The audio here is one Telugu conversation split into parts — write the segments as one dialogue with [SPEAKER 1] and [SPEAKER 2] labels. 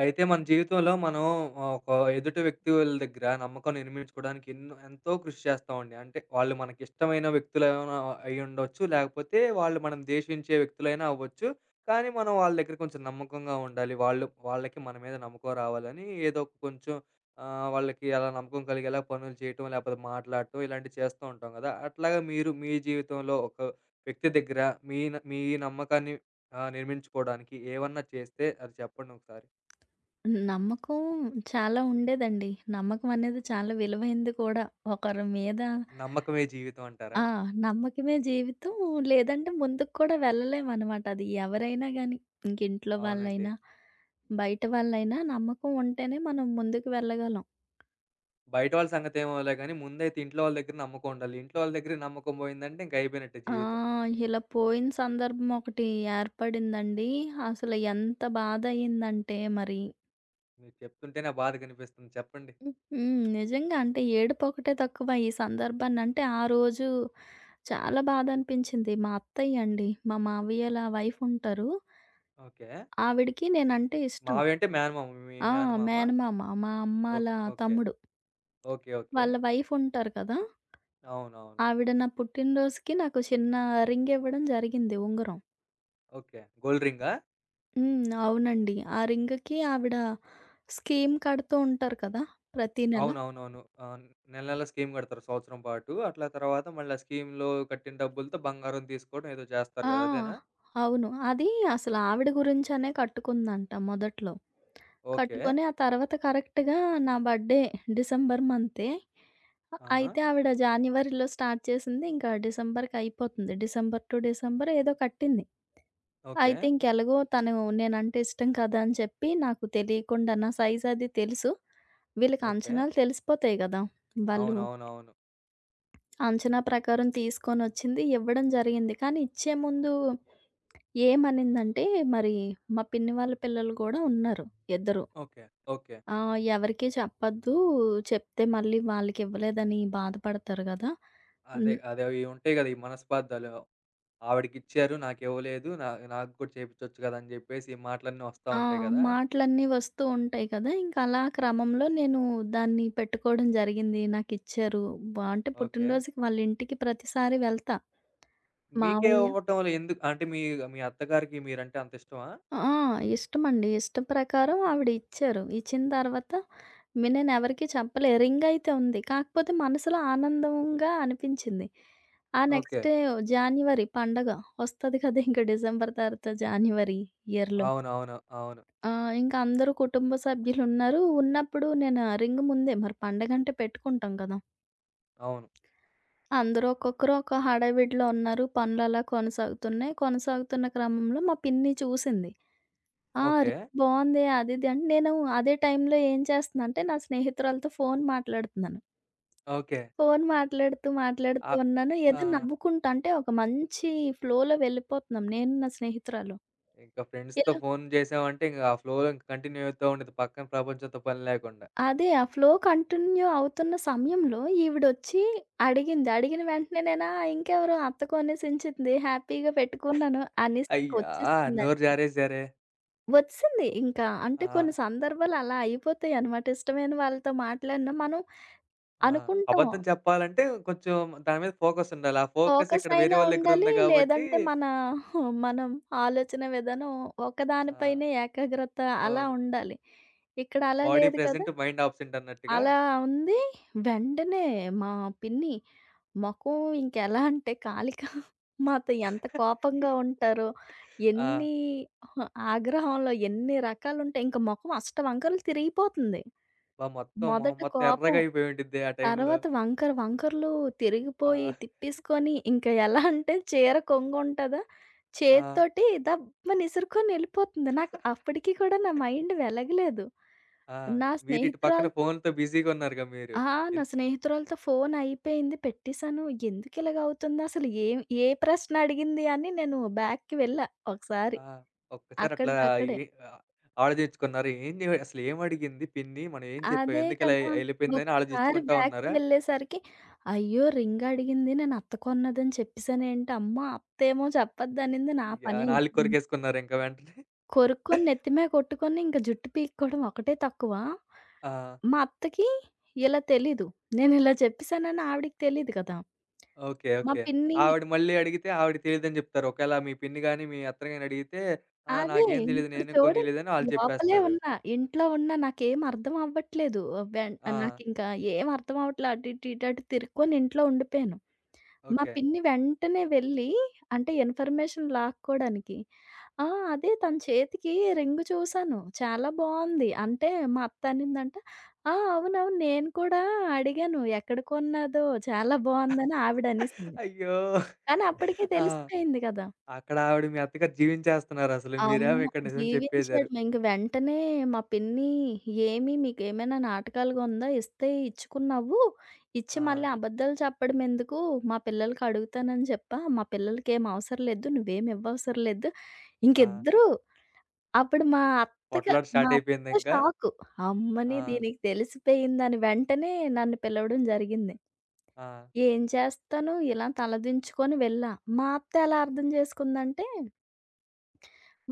[SPEAKER 1] అయితే మన జీవితంలో మనం ఆహ్, ఒక ఎదుటి వ్యక్తుల దగ్గర నమ్మకం నిర్మించుకోవడానికి ఎన్నో ఎంతో కృషి చేస్తామండి. అంటే వాళ్ళు మనకిష్టమైన వ్యక్తులేమైనా అయ్యుండొచ్చు. లేకపోతే వాళ్ళు మనం ద్వేషించే వ్యక్తులైనా అవ్వచ్చు. కానీ మనం వాళ్ళ దగ్గర కొంచెం నమ్మకంగా ఉండాలి. వాళ్ళు వాళ్ళకి మన మీద నమ్మకం రావాలని ఏదో ఒక కొంచెం వాళ్ళకి అలా నమ్మకం కలిగేలా పనులు చేయటం, లేకపోతే మాట్లాడటం ఇలాంటివి చేస్తూ ఉంటాం కదా! అట్లాగా మీరు మీ జీవితంలో ఒక వ్యక్తి దగ్గర మీ నమ్మకాన్ని నిర్మించుకోవడానికి ఏమన్నా చేస్తే అది చెప్పండి ఒకసారి?
[SPEAKER 2] నమ్మకం చాలా ఉండేదండి. నమ్మకం అనేది చాలా విలువైంది కూడా. ఒకరి మీద
[SPEAKER 1] నమ్మకమే జీవితం అంటారా?
[SPEAKER 2] ఆ! నమ్మకమే జీవితం. లేదంటే ముందుకు కూడా వెళ్ళలేమనమాట. అది ఎవరైనా గాని. ఇంక ఇంట్లో
[SPEAKER 1] అవునండి.
[SPEAKER 2] వాళ్ళైనా, బయట వాళ్ళైనా నమ్మకం ఉంటేనే మనం ముందుకు వెళ్ళగలం.
[SPEAKER 1] బయట వాళ్ళ సంగతేమోలే గానీ, ముందైతే ఇంట్లో వాళ్ళ దగ్గర నమ్మకం ఉండాలి. ఇంట్లో వాళ్ళ దగ్గర నమ్మకం పోయిందంటే ఇంక అయిపోయినట్టే
[SPEAKER 2] ఆ!
[SPEAKER 1] జీవితం.
[SPEAKER 2] ఇలా పోయిన సందర్భం ఒకటి ఏర్పడిందండి. అసలు ఎంత బాధ అయిందంటే మరి
[SPEAKER 1] మీరు చెప్తుంటేనే ఆ బాధ కనిపిస్తుంది. చెప్పండి.
[SPEAKER 2] హ్మ్. హ్మ్. నిజంగా అంటే ఏడుపొకటే తక్కువ ఈ సందర్భాన్నంటే ఆ రోజు చాలా బాధనిపించింది. మా అత్తయ్య అండి. మా మావయ్యోల వైఫ్ ఉంటారు.
[SPEAKER 1] ఓకే.
[SPEAKER 2] ఆవిడకి నేనంటే ఇష్టం.
[SPEAKER 1] మావయ్య అంటే మేనమామ. మీ
[SPEAKER 2] ఆ!
[SPEAKER 1] మేనమామ?
[SPEAKER 2] మేనమామ మా అమ్మాల
[SPEAKER 1] ఓకే.
[SPEAKER 2] తమ్ముడు.
[SPEAKER 1] ఓకే. ఓకే.
[SPEAKER 2] వాళ్ళ వైఫ్ ఉంటారు కదా!
[SPEAKER 1] అవునవును.
[SPEAKER 2] ఆవిడ నా పుట్టినరోజుకి నాకు చిన్న రింగ్ ఇవ్వడం జరిగింది ఉంగరం.
[SPEAKER 1] ఓకే. గోల్డ్ రింగా?
[SPEAKER 2] హ్మ్. అవునండి. ఆ రింగ్‌కి ఆవిడ స్కీమ్ కడుతూ ఉంటారు కదా! ప్రతి నెల.
[SPEAKER 1] అవునవునవును. ఆ! నెల నెల స్కీమ్ కడతారు సంవత్సరం పాటు. అట్లా తర్వాత మళ్ళీ ఆ స్కీమ్‌లో కట్టిన డబ్బులతో బంగారం తీసుకోవడం ఏదో చేస్తారు
[SPEAKER 2] ఆ!
[SPEAKER 1] కదా! అదేనా?
[SPEAKER 2] అవును. అది అసలు ఆవిడ గురించనే కట్టుకుందంట మొదట్లో.
[SPEAKER 1] ఓకే.
[SPEAKER 2] కట్టుకొని ఆ తర్వాత కరెక్ట్‌గా నా బర్త్‌డే డిసెంబర్ మంతే.
[SPEAKER 1] ఆహా!
[SPEAKER 2] అయితే ఆవిడ జాన్యువరిలో స్టార్ట్ చేసింది. ఇంకా డిసెంబర్‌కి అయిపోతుంది. డిసెంబర్ టు డిసెంబర్ ఏదో కట్టింది.
[SPEAKER 1] ఓకే.
[SPEAKER 2] అయితే ఇంకెలాగో తను నేనంటే ఇష్టం కదా అని చెప్పి నాకు తెలియకుండా నా సైజ్ అది తెలుసు. వీళ్ళకి
[SPEAKER 1] ఓకే.
[SPEAKER 2] అంచనాలు తెలిసిపోతాయి గదా! వాళ్ళు
[SPEAKER 1] అవునవునవును.
[SPEAKER 2] అంచనా ప్రకారం తీసుకొనొచ్చింది. ఇవ్వడం జరిగింది. కానీ ఇచ్చే ముందు ఏమనిందంటే, మరి మా పిన్ని వాళ్ళ పిల్లలు కూడా ఉన్నారు ఇద్దరు.
[SPEAKER 1] ఓకే. ఓకే.
[SPEAKER 2] ఎవరికీ చెప్పొద్దు, చెప్తే మళ్ళీ వాళ్ళకివ్వలేదని బాధపడతారు గదా!
[SPEAKER 1] అదే.
[SPEAKER 2] హ్మ్.
[SPEAKER 1] అదే. అవి ఉంటాయి గదా! ఈ మనస్పార్థాలు. ఆవిడకిచ్చారు నాకివ్వలేదు. నా నాకు కూడా చేపిచ్చొచ్చు గదా! అని జెప్పేసి ఈ మాటలన్నీ వస్తా
[SPEAKER 2] ఆ!
[SPEAKER 1] ఉంటాయి గదా!
[SPEAKER 2] మాటలన్నీ వస్తూ ఉంటాయి కదా! ఇంక అలా క్రమంలో నేను దాన్ని పెట్టుకోవడం జరిగింది. నాకిచ్చారు. బా అంటే
[SPEAKER 1] ఓకే.
[SPEAKER 2] పుట్టినరోజుకి వాళ్ళ ఇంటికి ప్రతిసారి వెళ్తా.
[SPEAKER 1] మీకే
[SPEAKER 2] మావయ్య
[SPEAKER 1] ఇవ్వటంలో ఎందుకు అంటే మీ మీ అత్తగారికి మీరంటే అంత ఇష్టమా?
[SPEAKER 2] ఆ! ఇష్టమండి. ఇష్టం ప్రకారం ఆవిడ ఇచ్చారు. ఇచ్చిన తర్వాత నేనెవరికీ చెప్పలే. రింగ్ అయితే ఉంది. కాకపోతే మనసులో ఆనందంగా అనిపించింది. ఆ
[SPEAKER 1] ఓకే.
[SPEAKER 2] నెక్స్ట్ డే జాన్యువరి పండగ వస్తది కదా! ఇంక డిసెంబర్ తర్వాత జాన్యువరి ఇయర్‌లో.
[SPEAKER 1] అవునవును. అవును. అవును.
[SPEAKER 2] ఆ! ఇంక అందరూ కుటుంబ సభ్యులున్నారు. ఉన్నప్పుడు నేను ఆ రింగ్ ముందే మరి పండగంటే పెట్టుకుంటాం కదా!
[SPEAKER 1] అవును.
[SPEAKER 2] అందరూ ఒక్కొక్కరు ఒక్కో హడావిడిలో ఉన్నారు. పనులలా కొనసాగుతున్నాయి. కొనసాగుతున్న క్రమంలో మా పిన్ని చూసింది. ఆ!
[SPEAKER 1] ఓకే.
[SPEAKER 2] రీల్ బావుంది. అది ఇది అంటే నేను అదే టైంలో ఏం చేస్తున్నా అంటే నా స్నేహితురాలతో ఫోన్ మాట్లాడుతున్నాను.
[SPEAKER 1] ఓకే.
[SPEAKER 2] ఫోన్ మాట్లాడుతూ
[SPEAKER 1] ఆహ్,
[SPEAKER 2] ఉన్నాను.
[SPEAKER 1] ఆ!
[SPEAKER 2] ఏదో నవ్వుకుంటా అంటే ఒక మంచి ఫ్లోలో వెళ్ళిపోతున్నాం నేను నా స్నేహితురాలు.
[SPEAKER 1] ఇంకా ఫ్రెండ్స్‌తో
[SPEAKER 2] ఇలా
[SPEAKER 1] ఫోన్ జేసామంటే ఇంక ఆ ఫ్లోలో ఇంక కంటిన్యూ అవుతా ఉండిద్ది పక్కన ప్రపంచంతో పని లేకుండా.
[SPEAKER 2] అదే ఆ ఫ్లో కంటిన్యూ అవుతున్న సమయంలో ఈవిడొచ్చి అడిగింది. అడిగిన వెంటనే నేనా ఇంకెవరో అత్త కొనేసించింది హ్యాపీగా పెట్టుకున్నాను అనేసి
[SPEAKER 1] అయ్యా!
[SPEAKER 2] ఇంకొచ్చేసిందండి.
[SPEAKER 1] నోరు జారేశారే.
[SPEAKER 2] వచ్చింది ఇంకా. అంటే
[SPEAKER 1] ఆ!
[SPEAKER 2] కొన్ని సందర్భాలు అలా అయిపోతాయనమాట. ఇష్టమైన వాళ్ళతో మాట్లాడినా మనం
[SPEAKER 1] ఆ!
[SPEAKER 2] అనుకుంటాం.
[SPEAKER 1] అబద్ధం చెప్పాలంటే కొంచెం దాని మీద ఫోకసుండాలి. ఆ ఫోకస్
[SPEAKER 2] ఫోకస్
[SPEAKER 1] ఇక్కడ వేరే
[SPEAKER 2] అయినా
[SPEAKER 1] వాళ్ళ
[SPEAKER 2] ఉండాలి.
[SPEAKER 1] దగ్గరుంది గాబట్టి
[SPEAKER 2] లేదంటే మనం ఆలోచన విధానం
[SPEAKER 1] ఆహ్,
[SPEAKER 2] ఒకదానిపైనే ఏకాగ్రత అలా
[SPEAKER 1] అవును.
[SPEAKER 2] ఉండాలి. ఇక్కడ అలా
[SPEAKER 1] బాడీ
[SPEAKER 2] లేదు కదా!
[SPEAKER 1] ప్రెజెంట్, మైండ్ ఆబ్సెంట్ అన్నట్టుగా.
[SPEAKER 2] అలా ఉంది. వెంటనే మా పిన్ని మొఖం ఇంకెలా అంటే కాలిక మాతో ఎంత కోపంగా ఉంటారో,
[SPEAKER 1] ఆ!
[SPEAKER 2] ఎన్ని అహా! ఆగ్రహంలో ఎన్ని రకాలుంటాయి. ఇంక మొఖం అష్టవంకరలు తిరిగిపోతుంది.
[SPEAKER 1] అబ్బా! మొత్తం మొహం
[SPEAKER 2] మొదట
[SPEAKER 1] మొత్తం
[SPEAKER 2] కోపం
[SPEAKER 1] ఎర్రగా అయిపోయి ఉండిద్ది ఆ టైంలో.
[SPEAKER 2] తర్వాత వంకర వంకర్లు
[SPEAKER 1] ఆ!
[SPEAKER 2] తిరిగిపోయి, తిప్పేసుకొని ఇంక ఎలా అంటే చీర కొంగుంటదా,
[SPEAKER 1] ఆ!
[SPEAKER 2] చేత్తోటి దబ్బని ఇసురుకొని ఎళ్ళిపోతుంది. నాకు అప్పటికి కూడా నా మైండ్ వెలగలేదు.
[SPEAKER 1] ఆ!
[SPEAKER 2] నా
[SPEAKER 1] మీరిటు పక్కన
[SPEAKER 2] స్నేహితురాలితో
[SPEAKER 1] ఫోనుతో బిజీగున్నారుగా మీరు.
[SPEAKER 2] ఆ! నా
[SPEAKER 1] ఎన్
[SPEAKER 2] స్నేహితురాలితో ఫోన్ అయిపోయింది. పెట్టేసాను. ఎందుకిలాగ అవుతుందసలు ఏ ప్రశ్న అడిగింది అని నేను బ్యాక్‌కి వెళ్ళా ఒకసారి.
[SPEAKER 1] ఆ! ఒక్కసారి అట్లా
[SPEAKER 2] అక్కడికక్కడే.
[SPEAKER 1] ఏ ఆహ్, ఆలోచించుకున్నారు. ఏంది అసలేమడిగింది పిన్ని? మనం ఏం చెప్పాం?
[SPEAKER 2] అదే
[SPEAKER 1] ఎందుకిలా
[SPEAKER 2] కదా!
[SPEAKER 1] ఎళ్ళిపోయిందని
[SPEAKER 2] ఒక్కసారి
[SPEAKER 1] ఆలోచించుకుంటా
[SPEAKER 2] బ్యాక్‌కి
[SPEAKER 1] ఉన్నారా?
[SPEAKER 2] వెళ్ళేసరికి, అయ్యో! రింగ్ అడిగింది నేను అత్త కొన్నదని చెప్పేసానేంటి, అమ్మో! అత్తేమో చెప్పొద్దనింది నా
[SPEAKER 1] యాహ్! నాలుక
[SPEAKER 2] పనయింది.
[SPEAKER 1] కొరికేసుకున్నారింక వెంటనే.
[SPEAKER 2] కొరుక్కొని నెత్తి మీద కొట్టుకొని ఇంక జుట్టు పీక్కోవడం ఒకటే తక్కువ.
[SPEAKER 1] ఆ!
[SPEAKER 2] మా అత్తకి ఇలా తెలీదు. నేనిలా చెప్పేసానని ఆవిడకి తెలీదు కదా!
[SPEAKER 1] ఓకే.
[SPEAKER 2] మా
[SPEAKER 1] ఓకే.
[SPEAKER 2] పిన్ని
[SPEAKER 1] ఆవిడ మళ్ళీ అడిగితే ఆవిడకి తెలీదని జెప్తారు. ఒకవేళ మీ పిన్ని గాని, మీ అత్తని గాని అడిగితే, "ఆ!
[SPEAKER 2] అదే.
[SPEAKER 1] నాకేం తెలీదు.
[SPEAKER 2] ఇప్పుడు
[SPEAKER 1] నేనేం
[SPEAKER 2] చూడండి.
[SPEAKER 1] కొనీయలేదని" ఆళ్ళు
[SPEAKER 2] లోపలే
[SPEAKER 1] చెప్పేస్తారు.
[SPEAKER 2] ఉన్నా. ఇంట్లో ఉన్నా నాకేం అర్థం అవ్వట్లేదు. వెన్
[SPEAKER 1] ఆ!
[SPEAKER 2] నాకింకా ఏం అర్థం అవ్వట్లే. అటు ఇటు, ఇటు అటు తిరుక్కొని ఇంట్లో ఉండిపోయాను. మా
[SPEAKER 1] ఓకే.
[SPEAKER 2] పిన్ని వెంటనే వెళ్ళి అంటే ఇన్ఫర్మేషన్ లాక్కోడానికి, "ఆ! అదే తన చేతికి రింగ్ చూసాను. చాలా బావుంది." అంటే మా అత్త అనిందంట, "ఆ! అవునవును. నేను కూడా అడిగాను. ఎక్కడ కొన్నాదో చాలా బావుందని" ఆవిడ అనేసింది.
[SPEAKER 1] అయ్యో!
[SPEAKER 2] కానీ అప్పటికే
[SPEAKER 1] ఆ!
[SPEAKER 2] తెలిసిపోయింది కదా!
[SPEAKER 1] అక్కడ ఆవిడ మీ అత్తగారు జీవించేస్తున్నారసలు.
[SPEAKER 2] అమ్మో!
[SPEAKER 1] మీరేమో ఇక్కడ నిజం చెప్పేసారు.
[SPEAKER 2] జీవించాడు. ఇంక వెంటనే మా పిన్ని "ఏమి మీకేమైనా నాటకాలుగా ఉందా? ఇస్తే ఇచ్చుకున్నావు. ఇచ్చి
[SPEAKER 1] ఆ!
[SPEAKER 2] మళ్ళీ అబద్ధాలు చెప్పడం ఎందుకు? మా పిల్లలకి అడుగుతానని చెప్పా. మా పిల్లలకేం అవసరం లేదు. నువ్వేమి ఇవ్వవసరం లేదు."
[SPEAKER 1] ఆ!
[SPEAKER 2] ఇంకిద్దరూ అప్పుడు మా అత్తగా
[SPEAKER 1] పొట్లాట
[SPEAKER 2] మా
[SPEAKER 1] స్టార్ట్
[SPEAKER 2] అత్త
[SPEAKER 1] అయిపోయిందింకా.
[SPEAKER 2] షాకు.
[SPEAKER 1] ఆ!
[SPEAKER 2] అమ్మని దీనికి తెలిసిపోయిందని వెంటనే నన్ను పిలవడం జరిగింది.
[SPEAKER 1] ఆ!
[SPEAKER 2] ఏం చేస్తాను ఇలా తలదించుకొని వెళ్ళా. మా అత్త ఎలా అర్థం చేసుకుందంటే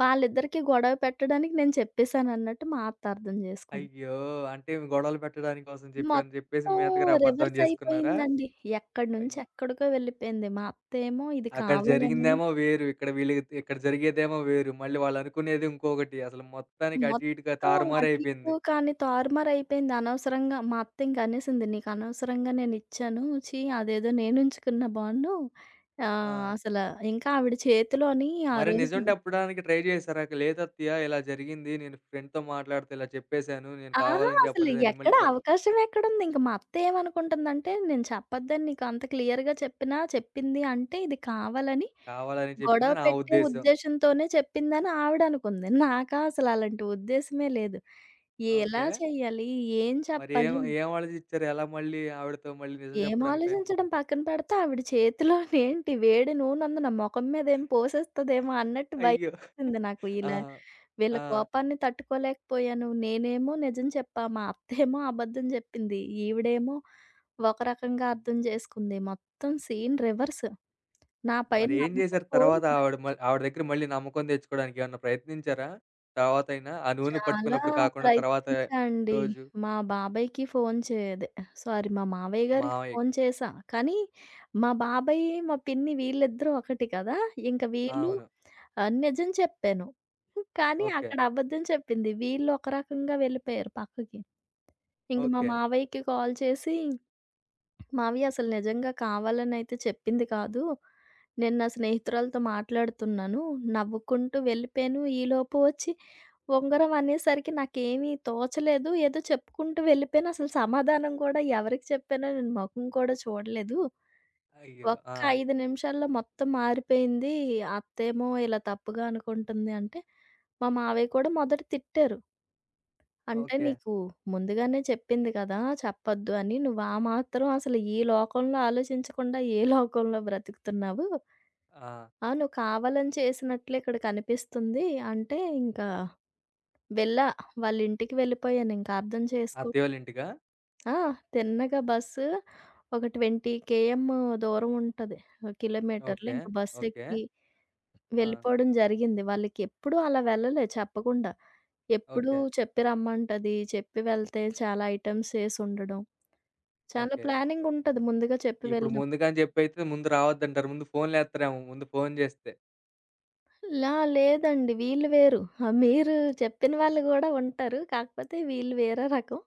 [SPEAKER 2] వాళ్ళిద్దరికీ గొడవ పెట్టడానికి నేను చెప్పేసానన్నట్టు మా అత్త అర్థం చేసుకుంది.
[SPEAKER 1] అయ్యో! అంటే గొడవలు పెట్టడానికి కోసం చెప్పాను జెప్పేసి
[SPEAKER 2] మొత్తం
[SPEAKER 1] మీ అత్తగారు అబద్ధం
[SPEAKER 2] రివర్స్
[SPEAKER 1] జేసుకున్నారా?
[SPEAKER 2] అయిపోయిందండి. ఎక్కడి
[SPEAKER 1] అయ్
[SPEAKER 2] నుంచి ఎక్కడికో వెళ్ళిపోయింది. మా అత్తేమో ఇది
[SPEAKER 1] అక్కడ
[SPEAKER 2] కావాలని
[SPEAKER 1] జరిగిందేమో వేరు. ఇక్కడ వీళ్ళకి ఇక్కడ జరిగేదేమో వేరు. మళ్ళీ వాళ్ళనుకునేది ఇంకొకటి. అసలు మొత్తానికి అటు ఇటుగా
[SPEAKER 2] మొత్తం అటు ఇటు
[SPEAKER 1] తారుమారైపోయింది.
[SPEAKER 2] కానీ తారుమారయిపోయింది. అనవసరంగా మా అత్త ఇంక అనేసింది, "నీకు అనవసరంగా నేనిచ్చాను. ఛీ! అదేదో నేనుంచుకున్న బాండు."
[SPEAKER 1] ఆ!
[SPEAKER 2] ఆహ్, అసల ఇంకా ఆవిడ చేతిలోని ఆ
[SPEAKER 1] మరి
[SPEAKER 2] రోజు
[SPEAKER 1] నిజం చెప్పడానికి ట్రై చేశారా? లేదత్తయ్య ఇలా జరిగింది. నేను ఫ్రెండ్‌తో మాట్లాడితే ఇలా చెప్పేశాను. నేను
[SPEAKER 2] ఆహా!
[SPEAKER 1] కావాలని
[SPEAKER 2] అసలు
[SPEAKER 1] చెప్పలేదని మళ్ళీ
[SPEAKER 2] ఎక్కడ అవకాశం ఎక్కడుంది? ఇంక మా అత్త ఏమనుకుంటుందంటే, నేను చెప్పొద్దని నీకు అంత క్లియర్‌గా చెప్పినా, చెప్పింది అంటే ఇది కావాలని
[SPEAKER 1] కావాలని చెప్పింది
[SPEAKER 2] గొడవ
[SPEAKER 1] నా
[SPEAKER 2] పెట్టే
[SPEAKER 1] ఉద్దేశ్యం.
[SPEAKER 2] ఉద్దేశంతోనే చెప్పిందని ఆవిడనుకుంది. నాకా అసలు అలాంటి ఉద్దేశమే లేదు. ఎలా
[SPEAKER 1] ఓకే.
[SPEAKER 2] చెయ్యాలి? ఏం
[SPEAKER 1] మరి ఏం
[SPEAKER 2] చెప్పాలి?
[SPEAKER 1] ఏం ఆలోచిచ్చారు? ఎలా మళ్ళీ ఆవిడతో మళ్ళీ నిజం
[SPEAKER 2] ఏం
[SPEAKER 1] చెప్పడానికి
[SPEAKER 2] ఆలోచించడం పక్కన పెడితే, ఆవిడ చేతిలోనేంటి వేడి నూనె ఉంది. నా మొఖం మీద ఏం పోసేస్తదేమో అన్నట్టు
[SPEAKER 1] అయ్యో!
[SPEAKER 2] భయమేసింది నాకు.
[SPEAKER 1] ఆ!
[SPEAKER 2] ఇలా వీళ్ళ
[SPEAKER 1] ఆ!
[SPEAKER 2] కోపాన్ని తట్టుకోలేకపోయాను. నేనేమో నిజం చెప్పా. మా అత్తేమో అబద్ధం జెప్పింది. ఈవిడేమో ఒక రకంగా అర్థం జేసుకుంది. మొత్తం సీన్ రివర్స్. నా పైన
[SPEAKER 1] మరి ఏం
[SPEAKER 2] నమ్మకం
[SPEAKER 1] జేశారు తర్వాత
[SPEAKER 2] పోయింది.
[SPEAKER 1] ఆవిడ ఆవిడ దగ్గర మళ్ళీ నమ్మకం తెచ్చుకోవడానికి ఏమన్నా ప్రయత్నించారా? తర్వాతైనా ఆ నూనె
[SPEAKER 2] చాలా
[SPEAKER 1] పట్టుకున్నప్పుడు కాకుండా తర్వాత
[SPEAKER 2] ప్రయత్నించా అండి.
[SPEAKER 1] రోజు
[SPEAKER 2] మా బాబాయ్‌కి ఫోన్ చేదే సారీ మా మావయ్య గారికి
[SPEAKER 1] మావయ్య
[SPEAKER 2] ఫోన్ చేశా. కానీ మా బాబాయ్, మా పిన్ని వీళ్ళిద్దరూ ఒకటి కదా! ఇంక వీళ్ళు
[SPEAKER 1] అవును.
[SPEAKER 2] నిజం చెప్పాను. కానీ
[SPEAKER 1] ఓకే.
[SPEAKER 2] అక్కడ అబద్ధం చెప్పింది. వీళ్ళు ఒక రకంగా వెళ్ళిపోయారు పక్కకి. ఇంక మా
[SPEAKER 1] ఓకే.
[SPEAKER 2] మావయ్యకి కాల్ చేసి మావి అసలు నిజంగా కావాలనైతే చెప్పింది కాదు. నేను నా స్నేహితురాలతో మాట్లాడుతున్నాను. నవ్వుకుంటూ వెళ్ళిపోయాను. ఈలోపు వచ్చి ఉంగరం అనేసరికి నాకేమీ తోచలేదు. ఏదో చెప్పుకుంటూ వెళ్ళిపోయాను. అసలు సమాధానం కూడా ఎవరికి చెప్పానో నేను మొఖం కూడా చూడలేదు.
[SPEAKER 1] అయ్యో! ఆ!
[SPEAKER 2] ఒక్క 5 నిమిషాల్లో మొత్తం మారిపోయింది. అత్తేమో ఇలా తప్పుగా అనుకుంటుంది అంటే, మా మావయ్య కూడా మొదట తిట్టారు. అంటే
[SPEAKER 1] ఓకే.
[SPEAKER 2] నీకు ముందుగానే చెప్పింది కదా! చెప్పొద్దు అని. నువ్వు ఆ మాత్రం అసలు ఈ లోకంలో ఆలోచించకుండా ఏ లోకంలో బ్రతుకుతున్నావు?
[SPEAKER 1] ఆ!
[SPEAKER 2] ఆ! నువ్వు కావాలని చేసినట్లే ఇక్కడ కనిపిస్తుంది. అంటే ఇంకా వెళ్ళా. వాళ్ళ ఇంటికి వెళ్ళిపోయాను. ఇంకా అర్థం చేసుకో
[SPEAKER 1] అత్తయ్య వాళ్ళ ఇంటికా?
[SPEAKER 2] ఆ! తిన్నగా బస్సు ఒక 20 కేఎమ్ దూరం ఉంటది. కిలోమీటర్లు.
[SPEAKER 1] ఓకే.
[SPEAKER 2] ఇంక
[SPEAKER 1] ఓకే.
[SPEAKER 2] బస్సెక్కి
[SPEAKER 1] ఆ!
[SPEAKER 2] వెళ్ళిపోవడం జరిగింది. వాళ్ళకెప్పుడూ అలా వెళ్ళలే చెప్పకుండా. ఎప్పుడూ
[SPEAKER 1] ఓకే.
[SPEAKER 2] చెప్పి రమ్మంటది. చెప్పి వెళ్తే చాలా ఐటెమ్స్ చేసుండడం. చాలా
[SPEAKER 1] ఓకే.
[SPEAKER 2] ప్లానింగ్ ఉంటది ముందుగా చెప్పి
[SPEAKER 1] ఇప్పుడు
[SPEAKER 2] వెళ్ళినప్పుడు.
[SPEAKER 1] ముందుగానే జెప్పైతే ముందు రావద్దంటారు. ముందు ఫోన్‌లేత్తరేమో ముందు ఫోన్ జేస్తే.
[SPEAKER 2] లా లేదండి. వీళ్ళు వేరు. ఆ! మీరు చెప్పిన వాళ్ళు గూడా ఉంటారు. కాకపోతే వీళ్ళు వేరే రకం.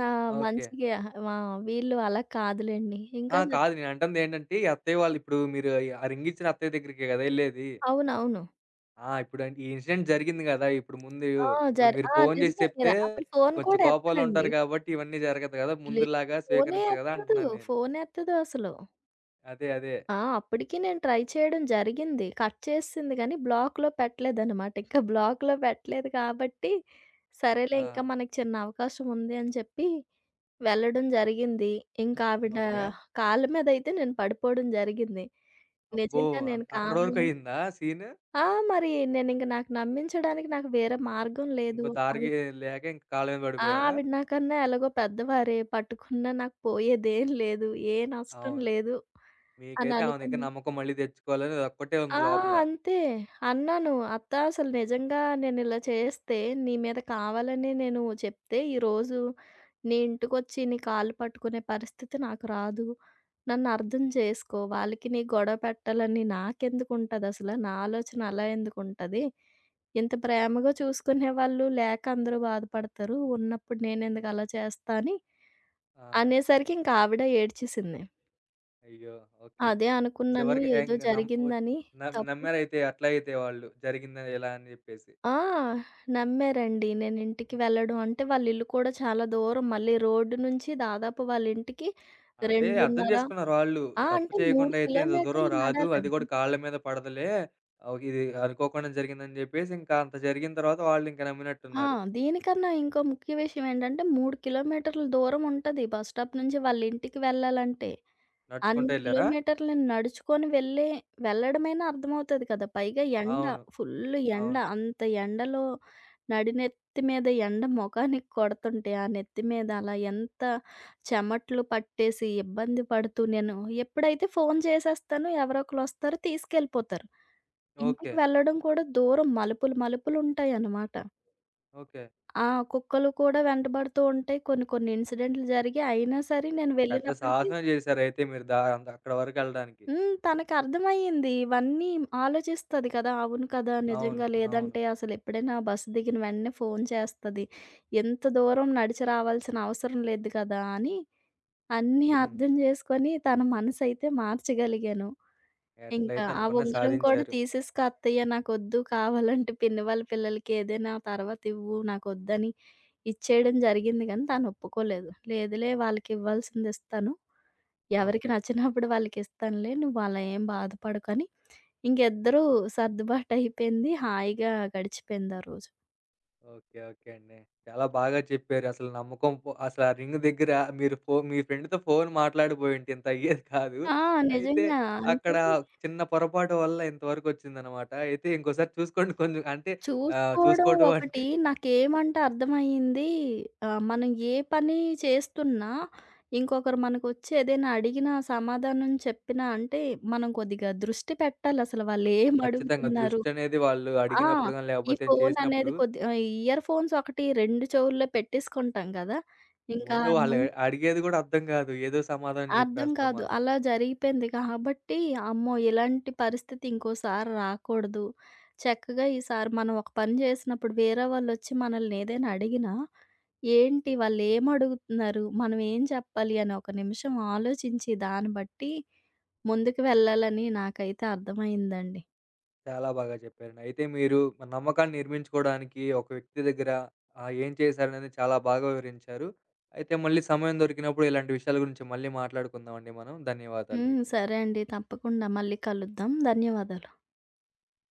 [SPEAKER 2] నా
[SPEAKER 1] ఓకే.
[SPEAKER 2] మంచికి అహా! మా వీళ్ళు అలా కాదులెండి.
[SPEAKER 1] ఆ!
[SPEAKER 2] ఇంకా
[SPEAKER 1] కాదు నేనంటందేంటంటే ఈ అత్తయ్య వాళ్ళు ఇప్పుడు మీరు ఆ రింగిచ్చిన అత్తయ్య దగ్గరికే గదా! ఎళ్ళేది.
[SPEAKER 2] అవునవును.
[SPEAKER 1] ఆ! ఇప్పుడు అంటే ఈ ఇన్సిడెంట్ జరిగింది గదా! ఇప్పుడు ముందు
[SPEAKER 2] ఆ!
[SPEAKER 1] ఇప్పుడు మీరు
[SPEAKER 2] ఆ!
[SPEAKER 1] ఫోను జేసి
[SPEAKER 2] నిజమే
[SPEAKER 1] చెప్తే
[SPEAKER 2] మీరు అసలు ఫోను
[SPEAKER 1] కొంచెం
[SPEAKER 2] కూడా
[SPEAKER 1] కోపంలో
[SPEAKER 2] ఎత్తరండి.
[SPEAKER 1] ఉంటారు గాబట్టి ఇవన్నీ జరగదు గదా!
[SPEAKER 2] లే
[SPEAKER 1] ముందులాగా
[SPEAKER 2] ఫోనే
[SPEAKER 1] స్వీకరించరు గదా! అంటున్నాను
[SPEAKER 2] ఎత్తదు.
[SPEAKER 1] నేను.
[SPEAKER 2] ఫోనెత్తదు అసలు.
[SPEAKER 1] అదే. అదే.
[SPEAKER 2] ఆ! అప్పటికి నేను ట్రై చేయడం జరిగింది. కట్ చేసేసింది గానీ, బ్లాక్‌లో పెట్టలేదనమాట. ఇంకా బ్లాక్‌లో పెట్టలేదు కాబట్టి, సరేలే ఇంకా
[SPEAKER 1] ఆ!
[SPEAKER 2] మనకి చిన్న అవకాశం ఉంది అని చెప్పి వెళ్ళడం జరిగింది. ఇంకా ఆవిడ
[SPEAKER 1] ఓకే.
[SPEAKER 2] కాళ్ళ మీదయితే నేను పడిపోవడం జరిగింది.
[SPEAKER 1] అబ్బో!
[SPEAKER 2] నిజంగా నేను
[SPEAKER 1] అక్కడి వరకు
[SPEAKER 2] కావాలని
[SPEAKER 1] అయిందా సీను?
[SPEAKER 2] ఆ! మరి నేనింక నాకు నమ్మించడానికి నాకు వేరే మార్గం లేదు.
[SPEAKER 1] ఇంకో
[SPEAKER 2] ఆవి
[SPEAKER 1] దారికి లేక ఇంక కాళ్ళ మీద
[SPEAKER 2] ఆ!
[SPEAKER 1] పడిపోయారా?
[SPEAKER 2] ఆవిడ నాకన్నా ఎలాగో పెద్దవారే, పట్టుకున్నా నాకు పోయేదేం లేదు, ఏ నష్టం
[SPEAKER 1] అవును.
[SPEAKER 2] లేదు అని
[SPEAKER 1] మీకైతే ఆమె దగ్గర
[SPEAKER 2] అనుకున్నా.
[SPEAKER 1] నమ్మకం మళ్ళీ తెచ్చుకోవాలని అదొక్కటే
[SPEAKER 2] ఆ!
[SPEAKER 1] ఉంది లోపల.
[SPEAKER 2] అంతే. అన్నాను. అత్త అసలు నిజంగా నేనిలా చేస్తే, నీ మీద కావాలనే నేను చెప్తే, ఈరోజు నీ ఇంటికొచ్చి నీ కాళ్ళు పట్టుకునే పరిస్థితి నాకు రాదు. నన్నర్థం చేసుకో. వాళ్ళకి నీ గొడవ పెట్టాలని నాకెందుకుంటదసల? నా ఆలోచన అలా ఎందుకుంటది? ఇంత ప్రేమగా చూసుకునేవాళ్ళు లేక అందరూ బాధపడతారు. ఉన్నప్పుడు నేనెందుకు అలా చేస్తా అని
[SPEAKER 1] ఆ!
[SPEAKER 2] అనేసరికి ఇంక ఆవిడ ఏడ్చేసింది.
[SPEAKER 1] అయ్యో! ఓకే.
[SPEAKER 2] అదే అనుకున్నాను.
[SPEAKER 1] చివరికి
[SPEAKER 2] ఏదో
[SPEAKER 1] ఇంగ నమ్ ఒ
[SPEAKER 2] జరిగిందని
[SPEAKER 1] నమ్
[SPEAKER 2] తప్పు
[SPEAKER 1] నమ్మారైతే అట్లా అయితే వాళ్ళు జరిగింది ఇలా అని జెప్పేసి.
[SPEAKER 2] ఆ! నమ్మారండి. నేనింటికి వెళ్ళడం అంటే వాళ్ళిల్లు కూడా చాలా దూరం. మళ్ళీ రోడ్డు నుంచి దాదాపు వాళ్ళింటికి
[SPEAKER 1] అదే అర్థం
[SPEAKER 2] 2:30
[SPEAKER 1] చేసుకున్నారాళ్ళు.
[SPEAKER 2] ఆ!
[SPEAKER 1] తప్పు
[SPEAKER 2] అంటే 3
[SPEAKER 1] చేయకుండా అయితే ఇంత దూరం
[SPEAKER 2] కిలోమీటర్లు
[SPEAKER 1] రాదు. అది
[SPEAKER 2] నడాలండి.
[SPEAKER 1] గూడా కాళ్ళ మీద పడదులే. ఇది అనుకోకుండా జరిగిందని జెప్పేసి ఇంకా అంత జరిగిన తర్వాత వాళ్ళింక
[SPEAKER 2] ఆ!
[SPEAKER 1] నమ్మినట్టున్నారు.
[SPEAKER 2] దీనికన్నా ఇంకో ముఖ్య విషయం ఏంటంటే 3 కిలోమీటర్ల దూరం ఉంటది బస్ స్టాప్ నుంచి వాళ్ళింటికి వెళ్ళాలంటే.
[SPEAKER 1] నడుచుకుంటూ
[SPEAKER 2] అన్ని
[SPEAKER 1] ఎళ్లారా?
[SPEAKER 2] కిలోమీటర్లు నడుచుకొని వెళ్ళే వెళ్ళడమైనా అర్థమవుతది కదా! పైగా ఎండ,
[SPEAKER 1] అవును.
[SPEAKER 2] ఫుల్ ఎండ.
[SPEAKER 1] అవును.
[SPEAKER 2] అంత ఎండలో నడినెత్తి మీద ఎండ మొఖానికి కొడుతుంటే, ఆ నెత్తి మీద అలా ఎంత చెమట్లు పట్టేసి ఇబ్బంది పడుతూ నేను ఎప్పుడైతే ఫోను చేసేస్తానో ఎవరో ఒకళ్ళొస్తారు తీసుకెళ్ళిపోతారు. ఇంటికి
[SPEAKER 1] ఓకే.
[SPEAKER 2] వెళ్ళడం కూడా దూరం మలుపులు, మలుపులుంటాయనమాట.
[SPEAKER 1] ఓకే.
[SPEAKER 2] ఆ! కుక్కలు కూడా వెంటబడుతూ ఉంటాయి. కొన్ని కొన్ని ఇన్సిడెంట్లు జరిగాయి. అయినా సరే నేను
[SPEAKER 1] పెద్ద
[SPEAKER 2] వెళ్ళినప్పటికి
[SPEAKER 1] సాహసమే జేశారయితే మీరు అంత అక్కడ వరకెళ్ళడానికి.
[SPEAKER 2] హ్మ్. తనకర్థమయ్యింది. ఇవన్నీ ఆలోచిస్తది కదా! అవును కదా!
[SPEAKER 1] అవును.
[SPEAKER 2] నిజంగా
[SPEAKER 1] అవును.
[SPEAKER 2] లేదంటే అసలెప్పుడైనా బస్సు దిగిన వెంటనే ఫోను చేస్తది. ఎంత దూరం నడిచి రావాల్సిన అవసరం లేదు కదా! అని అన్నీ
[SPEAKER 1] హ్మ్.
[SPEAKER 2] అర్థం జేసుకొని తన మనసైతే మార్చగలిగాను. ఇంకా
[SPEAKER 1] ఎట్లయితే
[SPEAKER 2] ఆ
[SPEAKER 1] అనుకున్నా
[SPEAKER 2] ఉంగరం కూడా
[SPEAKER 1] సాధించారు.
[SPEAKER 2] తీసేసుకు "అత్తయ్య నాకొద్దు కావాలంటే పిన్ని వాళ్ళ పిల్లలకి ఏదైనా తర్వాత ఇవ్వు నాకొద్దని" ఇచ్చేయడం జరిగింది గానీ తను ఒప్పుకోలేదు. "లేదులే వాళ్ళకివ్వాల్సింది ఇస్తాను. ఎవరికి
[SPEAKER 1] ఓకే.
[SPEAKER 2] నచ్చినప్పుడు వాళ్ళకిస్తానులే. నువ్వు అలా ఏం బాధపడకు" అని ఇంకిద్దరూ సర్దుబాటయిపోయింది. హాయిగా గడిచిపోయింది ఆ రోజు.
[SPEAKER 1] ఓకే. ఓకే అండి. చాలా బాగా చెప్పారు. అసలు నమ్మకం పో అసలు ఆ రింగ్ దగ్గర మీరు మీ ఫ్రెండ్‌తో ఫోన్ మాట్లాడబోయుంటే ఇంత అయ్యేది కాదు.
[SPEAKER 2] ఆ!
[SPEAKER 1] అయితే
[SPEAKER 2] నిజంగా. అంటే
[SPEAKER 1] అక్కడ చిన్న పొరపాటు వల్ల ఇంతవరకొచ్చిందనమాట. అయితే ఇంకోసారి చూసుకోండి కొంచెం అంటే
[SPEAKER 2] చూసుకోవడం
[SPEAKER 1] చూసుకోవటం
[SPEAKER 2] ఒకటి
[SPEAKER 1] అంటే
[SPEAKER 2] నాకేమంటే అర్థమయ్యింది మనం ఏ పని చేస్తున్నా ఇంకొకరు మనకొచ్చి ఏదైనా అడిగినా సమాధానం చెప్పినా అంటే మనం కొద్దిగా దృష్టి పెట్టాలసలు
[SPEAKER 1] ఖచ్చితంగా
[SPEAKER 2] వాళ్ళేమడుగుతున్నారు.
[SPEAKER 1] దృష్టనేది వాళ్ళు
[SPEAKER 2] ఆ!
[SPEAKER 1] అడిగినప్పుడు గాని,
[SPEAKER 2] ఈ
[SPEAKER 1] లేకపోతే చేసినప్పుడు
[SPEAKER 2] ఫోననేది కొద్ది ఇయర్ ఫోన్స్ ఒకటి 2 చెవుల్లో పెట్టేసుకుంటాం గదా! ఇంకా
[SPEAKER 1] ముందు వాళ్ళు
[SPEAKER 2] ముం
[SPEAKER 1] అడిగేది గూడా అర్థం గాదు. ఏదో సమాధానం
[SPEAKER 2] అర్థం
[SPEAKER 1] జెప్పేస్తాం
[SPEAKER 2] కాదు.
[SPEAKER 1] మనం.
[SPEAKER 2] అలా జరిగిపోయింది కాబట్టి, అమ్మో! ఇలాంటి పరిస్థితి ఇంకోసారి రాకూడదు. చక్కగా ఈసారి మనం ఒక పని చేసినప్పుడు వేరే వాళ్ళొచ్చి మనల్ని ఏదైనా అడిగినా, ఏంటి వాళ్ళేమడుగుతున్నారు? మనం ఏం చెప్పాలి? అని ఒక నిమిషం ఆలోచించి దాన్ని బట్టి ముందుకు వెళ్ళాలని నాకైతే అర్థమైందండి.
[SPEAKER 1] చాలా బాగా చెప్పారండి. అయితే మీరు మన నమ్మకాన్ని నిర్మించుకోవడానికి ఒక వ్యక్తి దగ్గర ఏం చేశారనేది చాలా బాగా వివరించారు. అయితే మళ్ళీ సమయం దొరికినప్పుడు ఇలాంటి విషయాల గురించి మళ్ళీ మాట్లాడుకుందామండి మనం. ధన్యవాదాలు
[SPEAKER 2] హ్మ్.
[SPEAKER 1] మీకు.
[SPEAKER 2] సరే అండి. తప్పకుండా మళ్ళీ కలుద్దాం. ధన్యవాదాలు.